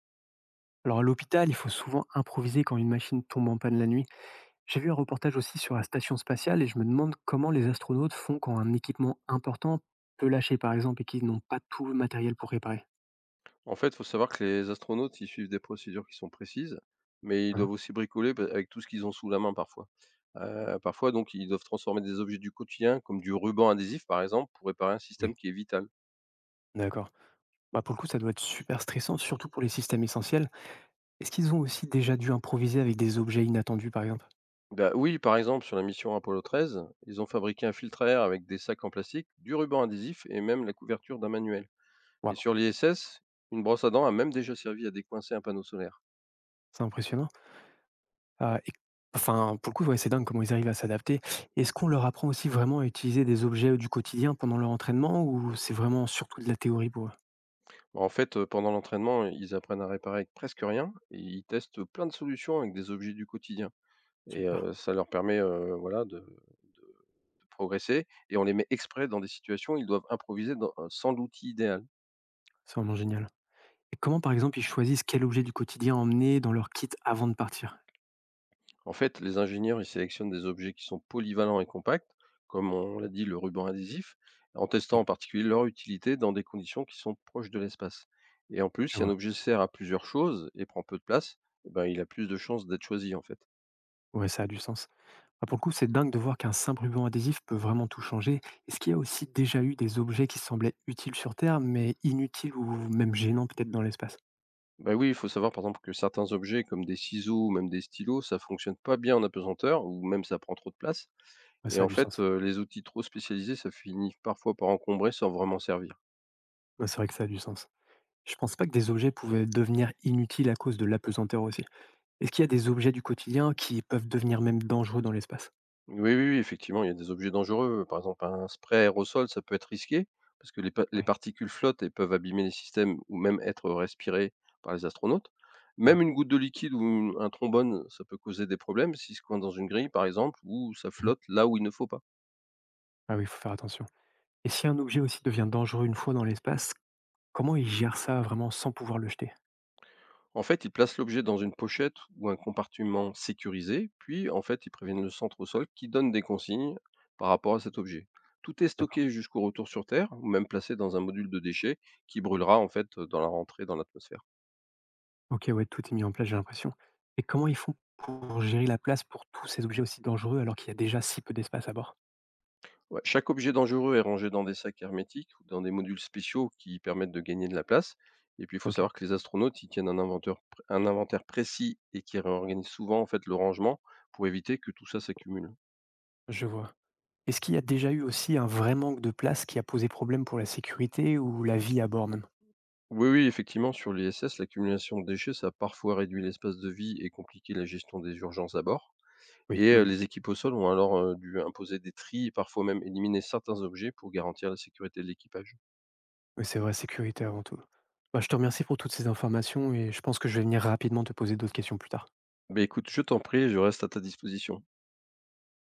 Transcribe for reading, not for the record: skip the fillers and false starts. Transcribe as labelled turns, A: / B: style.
A: Alors à l'hôpital, il faut souvent improviser quand une machine tombe en panne la nuit. J'ai vu un reportage aussi sur la station spatiale et je me demande comment les astronautes font quand un équipement important peut lâcher par exemple et qu'ils n'ont pas tout le matériel pour réparer.
B: En fait, il faut savoir que les astronautes, ils suivent des procédures qui sont précises, mais ils
A: Hein.
B: doivent aussi bricoler bah, avec tout ce qu'ils ont sous la main parfois. Parfois, donc, ils doivent transformer des objets du quotidien, comme du ruban adhésif, par exemple, pour réparer un
A: Oui.
B: système qui est vital.
A: D'accord. Bah pour le coup, ça doit être super stressant, surtout pour les systèmes essentiels. Est-ce qu'ils ont aussi déjà dû improviser avec des objets inattendus par exemple?
B: Bah, oui, par exemple, sur la mission Apollo 13, ils ont fabriqué un filtre à air avec des sacs en plastique, du ruban adhésif et même la couverture d'un manuel. Et
A: Waouh,
B: sur l'ISS, une brosse à dents a même déjà servi à décoincer un panneau solaire.
A: c'est impressionnant. Et- Enfin, pour le coup, ouais, c'est dingue comment ils arrivent à s'adapter. Est-ce qu'on leur apprend aussi vraiment à utiliser des objets du quotidien pendant leur entraînement ou c'est vraiment surtout de la théorie pour eux?
B: En fait, pendant l'entraînement, ils apprennent à réparer avec presque rien et ils testent plein de solutions avec des objets du quotidien. Et
A: Super,
B: ça leur permet, voilà de progresser et on les met exprès dans des situations où ils doivent improviser dans sans l'outil idéal.
A: c'est vraiment génial. Et comment, par exemple, ils choisissent quel objet du quotidien emmener dans leur kit avant de partir?
B: En fait, les ingénieurs, ils sélectionnent des objets qui sont polyvalents et compacts, comme on l'a dit, le ruban adhésif, en testant
A: Oui,
B: en particulier leur utilité dans des conditions qui sont proches de l'espace, et en plus,
A: je
B: si un
A: vois.
B: objet sert à plusieurs choses et prend peu de place, et ben, il a plus de chances d'être choisi, en fait.
A: Ouais, ça a du sens. Ah, pour le coup, c'est dingue de voir qu'un simple ruban adhésif peut vraiment tout changer. Est-ce qu'il y a aussi déjà eu des objets qui semblaient utiles sur Terre, mais inutiles ou même gênants peut-être dans l'espace?
B: Ben oui, il faut savoir, par exemple, que certains objets comme des ciseaux ou même des stylos, ça fonctionne pas bien en apesanteur ou même ça prend trop de place.
A: Ouais,
B: Et
A: ça a
B: en
A: du
B: fait,
A: sens.
B: les outils trop spécialisés, ça finit parfois par encombrer sans vraiment servir.
A: Ouais, c'est vrai que ça a du sens. Je pense pas que des objets pouvaient devenir inutiles à cause de l'apesanteur aussi. Est-ce qu'il y a des objets du quotidien qui peuvent devenir même dangereux dans l'espace?
B: Oui, oui, oui, effectivement, il y a des objets dangereux. Par exemple, un spray aérosol, ça peut être risqué parce que les
A: Oui,
B: particules flottent et peuvent abîmer les systèmes ou même être respirées par les astronautes. Même
A: waouh.
B: une goutte de liquide ou un trombone, ça peut causer des problèmes si se coince dans une grille, par exemple, ou ça
A: Mhm.
B: flotte là où il ne faut pas.
A: Ah oui, il faut faire attention. Et si un objet aussi devient dangereux une fois dans l'espace, comment ils gèrent ça vraiment sans pouvoir le jeter?
B: En fait, ils placent l'objet dans une pochette ou un compartiment sécurisé, puis en fait, ils préviennent le centre au sol qui donne des consignes par rapport à cet objet. Tout est
A: D'accord.
B: stocké jusqu'au retour sur Terre, ou même placé dans un module de déchets qui brûlera en fait dans la rentrée dans l'atmosphère.
A: OK, ouais, tout est mis en place, j'ai l'impression. Et comment ils font pour gérer la place pour tous ces objets aussi dangereux alors qu'il y a déjà si peu d'espace à bord?
B: Ouais, chaque objet dangereux est rangé dans des sacs hermétiques ou dans des modules spéciaux qui permettent de gagner de la place. Et puis il faut
A: OK,
B: savoir que les astronautes ils tiennent un inventaire précis et qui réorganisent souvent en fait le rangement pour éviter que tout ça s'accumule.
A: je vois. Est-ce qu'il y a déjà eu aussi un vrai manque de place qui a posé problème pour la sécurité ou la vie à bord même?
B: Oui, oui, effectivement, sur les SS, l'accumulation de déchets, ça a parfois réduit l'espace de vie et compliqué la gestion des urgences à bord.
A: Oui,
B: Et
A: mmh.
B: les équipes au sol ont alors dû imposer des tris et parfois même éliminer certains objets pour garantir la sécurité de l'équipage.
A: Oui, c'est vrai, sécurité avant tout. Bah, je te remercie pour toutes ces informations et je pense que je vais venir rapidement te poser d'autres questions plus tard.
B: Ben écoute, je t'en prie, je reste à ta disposition.